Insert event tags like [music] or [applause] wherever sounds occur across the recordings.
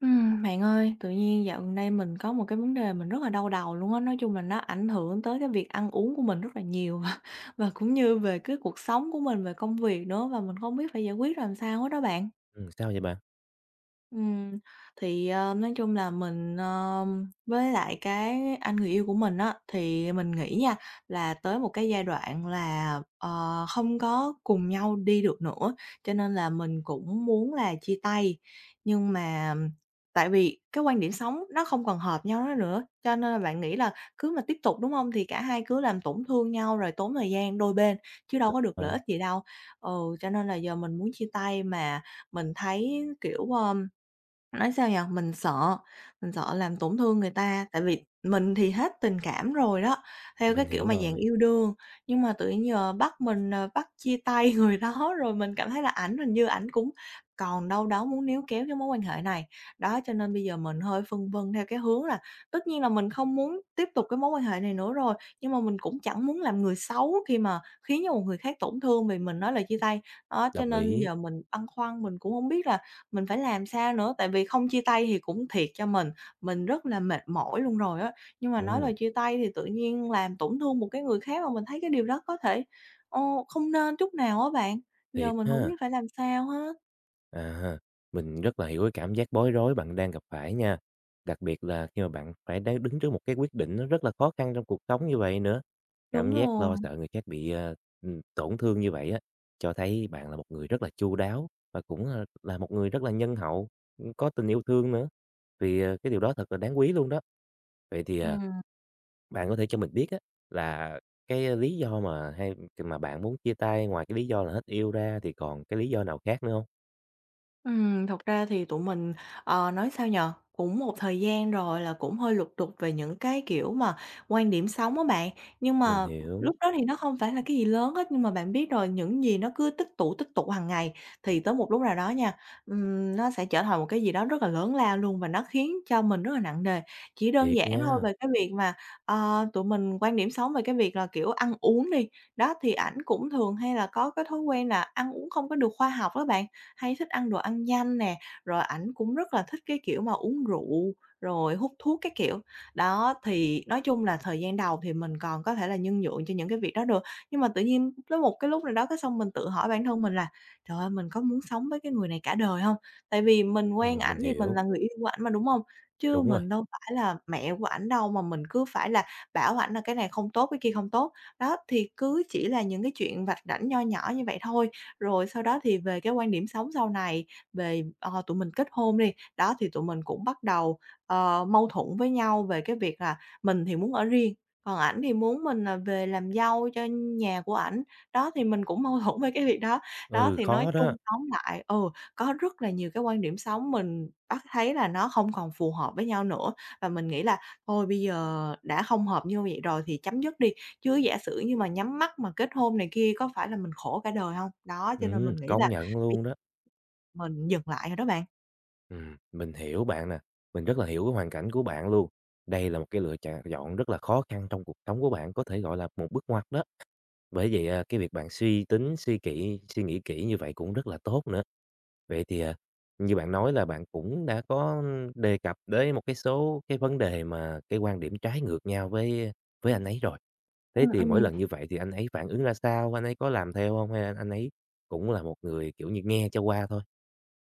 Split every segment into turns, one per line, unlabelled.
Bạn ơi, tự nhiên dạo gần đây mình có một cái vấn đề mình rất là đau đầu luôn á, nói chung là nó ảnh hưởng tới cái việc ăn uống của mình rất là nhiều [laughs] và cũng như về cái cuộc sống của mình, về công việc nữa và mình không biết phải giải quyết làm sao hết đó bạn.
Sao vậy bạn?
Ừm, nói chung là với lại cái anh người yêu của mình á, thì mình nghĩ nha, là tới một cái giai đoạn là, không có cùng nhau đi được nữa, cho nên là mình cũng muốn là chia tay. Nhưng mà tại vì cái quan điểm sống nó không còn hợp nhau đó nữa, cho nên là bạn nghĩ là cứ mà tiếp tục, đúng không? Thì cả hai cứ làm tổn thương nhau rồi tốn thời gian đôi bên, chứ đâu có được lợi ích
Rồi,
gì đâu. Ừ, cho nên là giờ mình muốn chia tay mà mình thấy, kiểu, ờ Nói sao nhở? Mình sợ làm tổn thương người ta, tại vì mình thì hết tình cảm rồi đó, theo cái
mình
kiểu
hiểu
mà dạng
rồi,
yêu đương, nhưng mà tự nhiên giờ bắt mình, bắt chia tay [laughs] người đó rồi mình cảm thấy là hình như ảnh cũng còn đâu đó muốn níu kéo cái mối quan hệ này. Đó, cho nên bây giờ mình hơi phân vân theo cái hướng là tất nhiên là mình không muốn tiếp tục cái mối quan hệ này nữa rồi, nhưng mà mình cũng chẳng muốn làm người xấu khi mà khiến cho một người khác tổn thương vì mình nói lời chia tay. Đó, cho
đồng
nên
ý.
giờ mình băn khoăn, mình cũng không biết là mình phải làm sao nữa, tại vì không chia tay thì cũng thiệt cho mình rất là mệt mỏi luôn rồi á, nhưng mà nói
Ừm,
lời chia tay thì tự nhiên làm tổn thương một cái người khác mà mình thấy cái điều đó có thể, ờ, không nên chút nào á bạn, giờ
thiệt
mình không
ha.
biết phải làm sao hết.
À, mình rất là hiểu cái cảm giác bối rối bạn đang gặp phải nha. Đặc biệt là khi mà bạn phải đang đứng trước một cái quyết định nó rất là khó khăn trong cuộc sống như vậy nữa.
Đúng
Cảm giác
rồi.
lo sợ người khác bị, tổn thương như vậy á, cho thấy bạn là một người rất là chu đáo và cũng, là một người rất là nhân hậu, có tình yêu thương nữa. Vì cái điều đó thật là đáng quý luôn đó. Vậy thì,
Ừm.
bạn có thể cho mình biết á là cái lý do mà bạn muốn chia tay ngoài cái lý do là hết yêu ra thì còn cái lý do nào khác nữa không?
Thật ra thì tụi mình, nói sao nhỉ, cũng một thời gian rồi là cũng hơi lục đục về những cái, kiểu, mà quan điểm sống á bạn. Nhưng
Mình
mà
hiểu,
lúc đó thì nó không phải là cái gì lớn hết, nhưng mà bạn biết rồi, những gì nó cứ tích tụ hàng ngày thì tới một lúc nào đó nha, nó sẽ trở thành một cái gì đó rất là lớn lao luôn và nó khiến cho mình rất là nặng nề. Chỉ đơn
thiệt
giản thôi
nha,
về cái việc mà, tụi mình quan điểm sống về cái việc là, kiểu, ăn uống đi, đó, thì ảnh cũng thường hay là có cái thói quen là ăn uống không có được khoa học đó bạn, hay thích ăn đồ ăn nhanh nè, rồi ảnh cũng rất là thích cái kiểu mà uống rượu, rồi hút thuốc các kiểu. Đó, thì nói chung là thời gian đầu thì mình còn có thể là nhân nhượng cho những cái việc đó được, nhưng mà tự nhiên tới một cái lúc nào đó cái xong mình tự hỏi bản thân mình là "Trời ơi, mình có muốn sống với cái người này cả đời không? Tại vì mình quen
ờ,
ảnh
mình
thì mình
hiểu,
là người yêu của ảnh mà, đúng không? Chứ
đúng rồi,
mình đâu phải là mẹ của ảnh đâu mà mình cứ phải là bảo ảnh là cái này không tốt, cái kia không tốt." Đó, thì cứ chỉ là những cái chuyện vạch rảnh nho nhỏ như vậy thôi, rồi sau đó thì về cái quan điểm sống sau này, về, tụi mình kết hôn đi, đó, thì tụi mình cũng bắt đầu, mâu thuẫn với nhau về cái việc là mình thì muốn ở riêng, còn ảnh thì muốn mình là về làm dâu cho nhà của ảnh. Đó, thì mình cũng mâu [laughs] thuẫn với cái việc đó. Đó,
ừ,
thì nói
khó đó,
chung tóm lại ừ, có rất là nhiều cái quan điểm sống mình bắt thấy là nó không còn phù hợp với nhau nữa, và mình nghĩ là thôi bây giờ đã không hợp như vậy rồi thì chấm dứt đi. Chứ giả sử như mà nhắm mắt mà kết hôn này kia có phải là mình khổ cả đời hông? Đó, cho nên mình nghĩ là
công nhận
bây
luôn đó.
mình dừng lại rồi đó bạn.
Mình hiểu bạn nè, mình rất là hiểu cái hoàn cảnh của bạn luôn. Đây là một cái lựa chà chọn rất là khó khăn trong cuộc sống của bạn, có thể gọi là một bước ngoặt đó. Bởi vậy, cái việc bạn suy tính, suy nghĩ kỹ như vậy cũng rất là tốt nữa. Vậy thì, như bạn nói là bạn cũng đã có đề cập đến một số cái vấn đề mà cái quan điểm trái ngược nhau với anh ấy rồi. Thế
Ừm,
thì mỗi
ừm.
lần như vậy thì anh ấy phản ứng ra sao? Anh ấy có làm theo không? Hay là anh ấy cũng là một người, kiểu như, nghe cho qua thôi?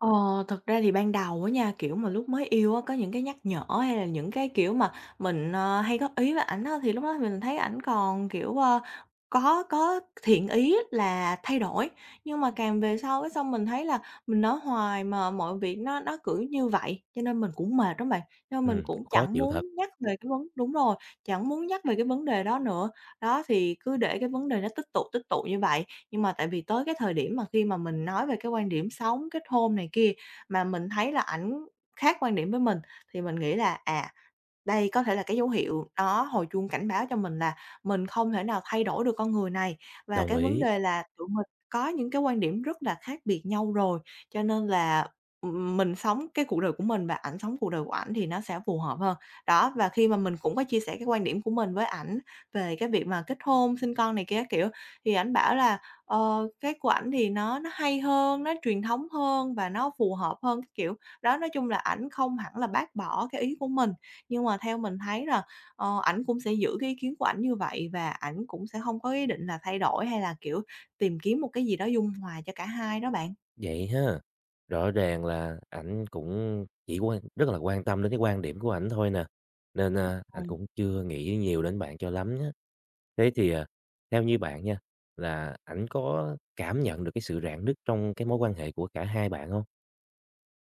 Ờ, Thật ra thì ban đầu á nha, kiểu, mà lúc mới yêu á, có những cái nhắc nhở hay là những cái, kiểu, mà mình hay góp ý với ảnh á, thì lúc đó mình thấy ảnh còn, kiểu, có thiện ý là thay đổi. Nhưng mà càng về sau cái xong mình thấy là mình nói hoài mà mọi việc nó cứ như vậy, cho nên mình cũng mệt lắm bạn, cho nên mình cũng
Khó
chẳng
chịu
muốn
thật,
nhắc về cái vấn đúng rồi, chẳng muốn nhắc về cái vấn đề đó nữa. Đó, thì cứ để cái vấn đề nó tích tụ như vậy, nhưng mà tại vì tới cái thời điểm mà khi mà mình nói về cái quan điểm sống, kết hôn này kia, mà mình thấy là ảnh khác quan điểm với mình thì mình nghĩ là, à, đây có thể là cái dấu hiệu nó hồi chuông cảnh báo cho mình là mình không thể nào thay đổi được con người này, và
đồng
cái vấn
ý.
đề là tụi mình có những cái quan điểm rất là khác biệt nhau rồi, cho nên là, mình sống cái cuộc đời của mình và ảnh sống cuộc đời của ảnh thì nó sẽ phù hợp hơn. Đó, và khi mà mình cũng có chia sẻ cái quan điểm của mình với ảnh về cái việc mà kết hôn, sinh con này kia các kiểu, thì ảnh bảo là, cái của ảnh thì nó hay hơn, nó truyền thống hơn và nó phù hợp hơn, cái kiểu. Đó, nói chung là ảnh không hẳn là bác bỏ cái ý của mình, nhưng mà theo mình thấy là, ảnh cũng sẽ giữ cái ý kiến của ảnh như vậy và ảnh cũng sẽ không có ý định là thay đổi hay là, kiểu, tìm kiếm một cái gì đó dung hòa cho cả hai đó bạn.
Vậy ha. Rõ ràng là ảnh cũng chỉ rất là quan tâm đến cái quan điểm của ảnh thôi nè, nên, ảnh cũng chưa nghĩ nhiều đến bạn cho lắm nhé. Thế thì, theo như bạn nha, là ảnh có cảm nhận được cái sự rạn nứt trong cái mối quan hệ của cả hai bạn không?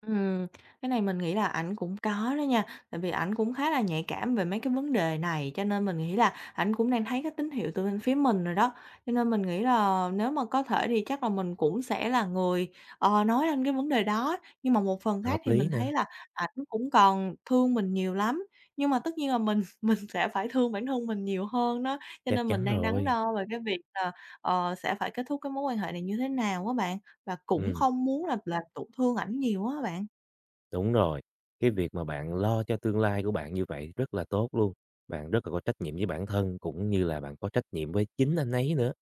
Ừm, cái này mình nghĩ là ảnh cũng có đó nha, tại vì ảnh cũng khá là nhạy cảm về mấy cái vấn đề này, cho nên mình nghĩ là ảnh cũng đang thấy cái tín hiệu từ bên phía mình rồi đó. Cho nên mình nghĩ là nếu mà có thể thì chắc là mình cũng sẽ là người, nói lên cái vấn đề đó. Nhưng mà một phần khác
Hợp
thì mình
lý nè,
thấy là ảnh cũng còn thương mình nhiều lắm, nhưng mà tất nhiên là mình [laughs] mình sẽ phải thương bản thân mình nhiều hơn đó, cho
chắc
nên mình
chắn
đang đắn
rồi.
đo về cái việc là, sẽ phải kết thúc cái mối quan hệ này như thế nào các bạn. Và cũng
Ừm,
không muốn là tổn thương ảnh nhiều á bạn.
đúng rồi, cái việc mà bạn lo cho tương lai của bạn như vậy rất là tốt luôn, bạn rất là có trách nhiệm với bản thân cũng như là bạn có trách nhiệm với chính anh ấy nữa.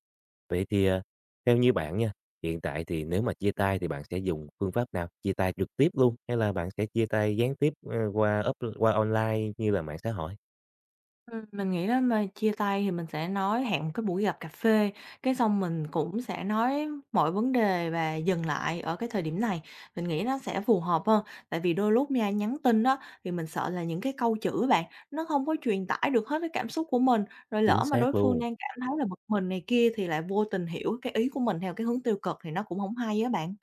Vậy thì, theo như bạn nha, hiện tại thì nếu mà chia tay thì bạn sẽ dùng phương pháp nào? Chia tay trực tiếp luôn hay là bạn sẽ chia tay gián tiếp, qua up qua online như là mạng xã hội?
Mình nghĩ nếu mà chia tay thì mình sẽ nói hẹn một cái buổi gặp cà phê, cái xong mình cũng sẽ nói mọi vấn đề và dừng lại ở cái thời điểm này. Mình nghĩ nó sẽ phù hợp hơn, tại vì đôi lúc nha nhắn tin đó thì mình sợ là những cái câu chữ á bạn, nó không có truyền tải được hết cái cảm xúc của mình, rồi
Chính
lỡ mà đối
xác
phương
luôn,
đang cảm thấy là bực mình này kia thì lại vô tình hiểu cái ý của mình theo cái hướng tiêu cực thì nó cũng không hay á bạn.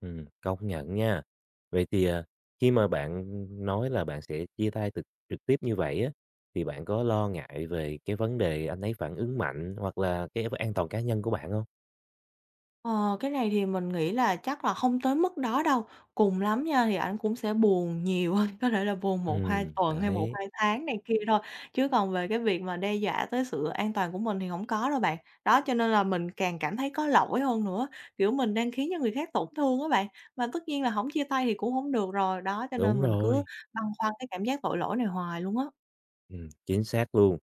công nhận nha. Vậy thì, khi mà bạn nói là bạn sẽ chia tay trực trực tiếp như vậy á, thì bạn có lo ngại về cái vấn đề anh ấy phản ứng mạnh hoặc là cái an toàn cá nhân của bạn không?
Ờ, cái này thì mình nghĩ là chắc là không tới mức đó đâu, cùng lắm nha thì ảnh cũng sẽ buồn nhiều hơn, [laughs] có thể là buồn một hai tuần hay một
Đấy,
hai tháng này kia thôi, chứ còn về cái việc mà đe dọa tới sự an toàn của mình thì không có đâu bạn. Đó, cho nên là mình càng cảm thấy có lỗi hơn nữa, kiểu, mình đang khiến cho người khác tổn thương á bạn, mà tất nhiên là không chia tay thì cũng không được rồi, đó, cho nên
đúng
mình cứ
rồi,
băn khoăn cái cảm giác tội lỗi này hoài luôn á.
chính xác luôn.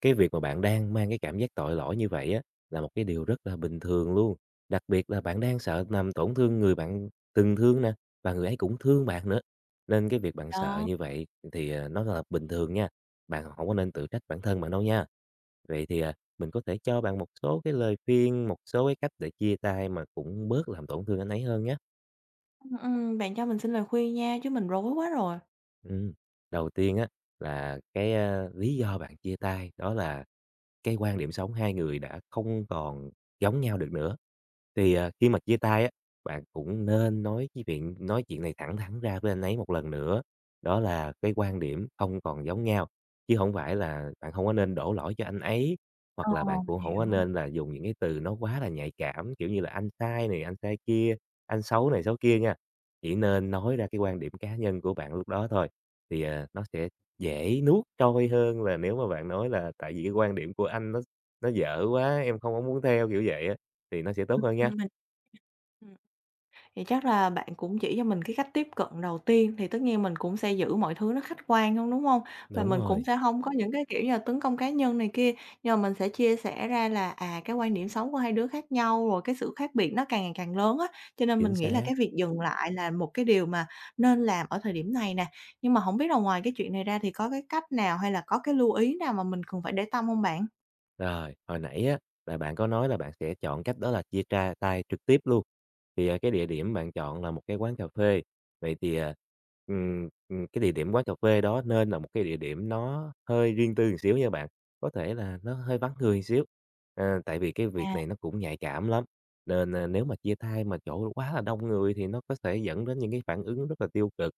Cái việc mà bạn đang mang cái cảm giác tội lỗi như vậy á, là một cái điều rất là bình thường luôn. Đặc biệt là bạn đang sợ làm tổn thương người bạn từng thương nè, và người ấy cũng thương bạn nữa. Nên cái việc bạn sợ
Đó,
như vậy thì, nó là bình thường nha, bạn không có nên tự trách bản thân bạn đâu nha. Vậy thì, mình có thể cho bạn một số cái lời khuyên, một số cái cách để chia tay mà cũng bớt làm tổn thương anh ấy hơn nhá.
bạn cho mình xin lời khuyên nha, chứ mình rối quá rồi.
Ừm, đầu tiên á là cái lý do bạn chia tay đó là cái quan điểm sống hai người đã không còn giống nhau được nữa. Thì, khi mà chia tay á, bạn cũng nên nói với viện nói chuyện này thẳng thắn ra với anh ấy một lần nữa, đó là cái quan điểm không còn giống nhau, chứ không phải là bạn không có nên đổ lỗi cho anh ấy,
Ờ,
hoặc là bạn cũng
mình
không có
hiểu.
nên là dùng những cái từ nó quá là nhạy cảm, kiểu như là "anh sai này, anh sai kia, anh xấu này, xấu kia" nha. Chỉ nên nói ra cái quan điểm cá nhân của bạn lúc đó thôi thì, nó sẽ dễ nuốt trôi hơn là nếu mà bạn nói là "Tại vì cái quan điểm của anh nó dở quá, em không có muốn theo", kiểu vậy á, thì nó sẽ tốt hơn nha.
Mình ừm. Thì chắc là bạn cũng chỉ cho mình cái cách tiếp cận đầu tiên, thì tất nhiên mình cũng sẽ giữ mọi thứ nó khách quan hơn, đúng không? Và
Đúng
mình cũng
rồi,
sẽ không có những cái, kiểu như là, tấn công cá nhân này kia, nhưng mà mình sẽ chia sẻ ra là, à, cái quan điểm sống của hai đứa khác nhau, rồi cái sự khác biệt nó càng ngày càng lớn á, cho nên mình
chính
nghĩ là
xác.
cái việc dừng lại là một cái điều mà nên làm ở thời điểm này nè. Nhưng mà không biết là ngoài cái chuyện này ra thì có cái cách nào hay là có cái lưu ý nào mà mình cần phải để tâm không bạn?
Rồi, hồi nãy á là bạn có nói là bạn sẽ chọn cách đó là chia tay trực tiếp luôn. Thì, cái địa điểm bạn chọn là một cái quán cà phê. Vậy thì, cái địa điểm quán cà phê đó nên là một cái địa điểm nó hơi riêng tư một xíu nha bạn, có thể là nó hơi vắng người một xíu. Ờ, tại vì cái
À,
việc này nó cũng nhạy cảm lắm, nên, nếu mà chia tay mà chỗ quá là đông người thì nó có thể dẫn đến những cái phản ứng rất là tiêu cực.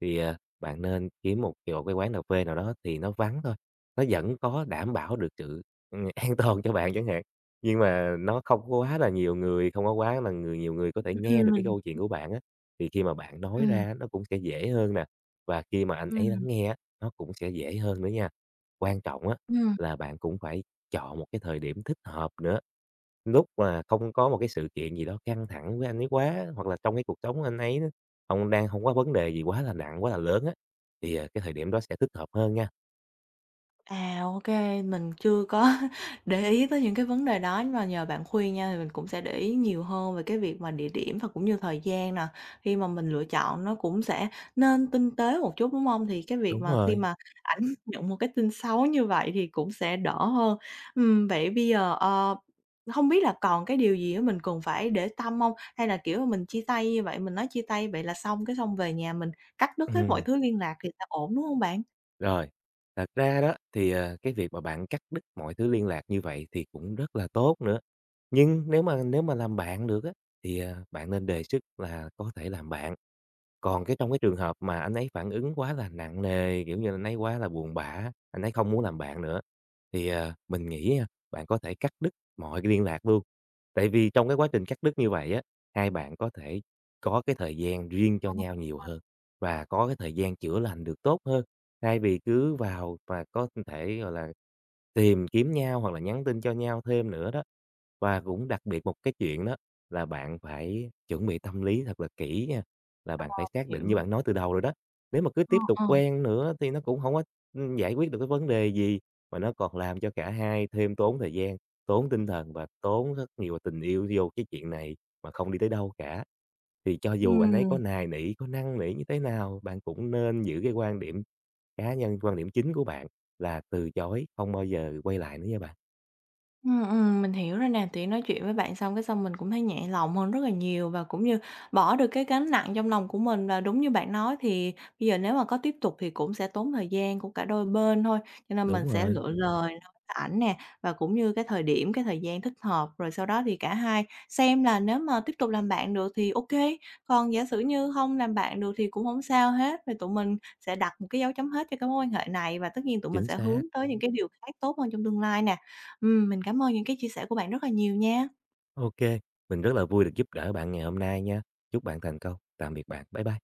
Thì, bạn nên kiếm một chỗ cái quán cà phê nào đó thì nó vắng thôi. Nó vẫn có đảm bảo được sự, [laughs] an toàn cho bạn chẳng hạn, nhưng mà nó không có quá là nhiều người, không có quá là nhiều người có thể nghe
ừm,
được cái câu chuyện của bạn á, thì khi mà bạn nói
ừm,
ra nó cũng sẽ dễ hơn nè, và khi mà anh ấy
ừm,
lắng nghe á, nó cũng sẽ dễ hơn nữa nha. Quan trọng á,
ừm.
là bạn cũng phải chọn một cái thời điểm thích hợp nữa, lúc mà không có một cái sự kiện gì đó căng thẳng với anh ấy quá, hoặc là trong cái cuộc sống anh ấy nó không đang không có vấn đề gì quá là nặng, quá là lớn á, thì, cái thời điểm đó sẽ thích hợp hơn nha.
À, ok, mình chưa có [laughs] để ý tới những cái vấn đề đó, nhưng mà nhờ bạn khuyên nha, thì mình cũng sẽ để ý nhiều hơn về cái việc mà địa điểm và cũng như thời gian nè. Khi mà mình lựa chọn nó cũng sẽ nên tinh tế một chút, đúng không? Thì cái việc
Đúng
mà khi
rồi.
mà [laughs] ảnh nhận một cái tin xấu như vậy thì cũng sẽ đỡ hơn. Vậy bây giờ, hông biết là còn cái điều gì á mình cần phải để tâm không? Hay là, kiểu, mình chia tay như vậy, mình nói chia tay vậy là xong, cái xong về nhà mình cắt đứt hết mọi
Ừm,
thứ liên lạc thì sẽ ổn, đúng không bạn?
rồi. Thật ra đó thì, cái việc mà bạn cắt đứt mọi thứ liên lạc như vậy thì cũng rất là tốt nữa, nhưng nếu mà làm bạn được á, thì, bạn nên đề xuất là có thể làm bạn. Còn cái trong cái trường hợp mà anh ấy phản ứng quá là nặng nề, kiểu như, anh ấy quá là buồn bã, anh ấy không muốn làm bạn nữa, thì, mình nghĩ nha, bạn có thể cắt đứt mọi cái liên lạc luôn. Tại vì trong cái quá trình cắt đứt như vậy á, hai bạn có thể có cái thời gian riêng cho nhau nhiều hơn và có cái thời gian chữa lành được tốt hơn, thay vì cứ vào và có thể, gọi là, tìm kiếm nhau hoặc là nhắn tin cho nhau thêm nữa đó. Và cũng đặc biệt một cái chuyện đó là bạn phải chuẩn bị tâm lý thật là kỹ nha là bạn phải xác định như
Hiểu.
bạn nói từ đầu rồi đó. Nếu mà cứ
Ờ,
tiếp tục
ờ.
quen nữa thì nó cũng không có giải quyết được cái vấn đề gì, mà nó còn làm cho cả hai thêm tốn thời gian, tốn tinh thần và tốn rất nhiều tình yêu vô cái chuyện này mà không đi tới đâu cả. Thì cho dù anh ấy
Ừm,
có nài nỉ, có năn nỉ như thế nào, bạn cũng nên giữ cái quan điểm cá nhân, quan điểm chính của bạn là từ chối, không bao giờ quay lại nữa nha bạn.
mình hiểu rồi nè, tiện nói chuyện với bạn xong cái xong mình cũng thấy nhẹ lòng hơn rất là nhiều và cũng như bỏ được cái gánh nặng trong lòng của mình và đúng như bạn nói thì bây giờ nếu mà có tiếp tục thì cũng sẽ tốn thời gian của cả đôi bên thôi. Cho nên mình
Đúng
sẽ
rồi,
lựa lời nói với ảnh nè và cũng như cái thời điểm, cái thời gian thích hợp rồi sau đó thì cả hai xem là nếu mà tiếp tục làm bạn được thì OK, còn giả sử như không làm bạn được thì cũng không sao hết. Thì tụi mình sẽ đặt một cái dấu chấm hết cho cái mối quan hệ này và tất nhiên tụi mình
chính
sẽ hướng
xác.
tới những cái điều khác tốt hơn trong tương lai nè. Mình cảm ơn những cái chia sẻ của bạn rất là nhiều nha.
Ok, mình rất là vui được giúp đỡ bạn ngày hôm nay nha. Chúc bạn thành công. Tạm biệt bạn. Bye bye.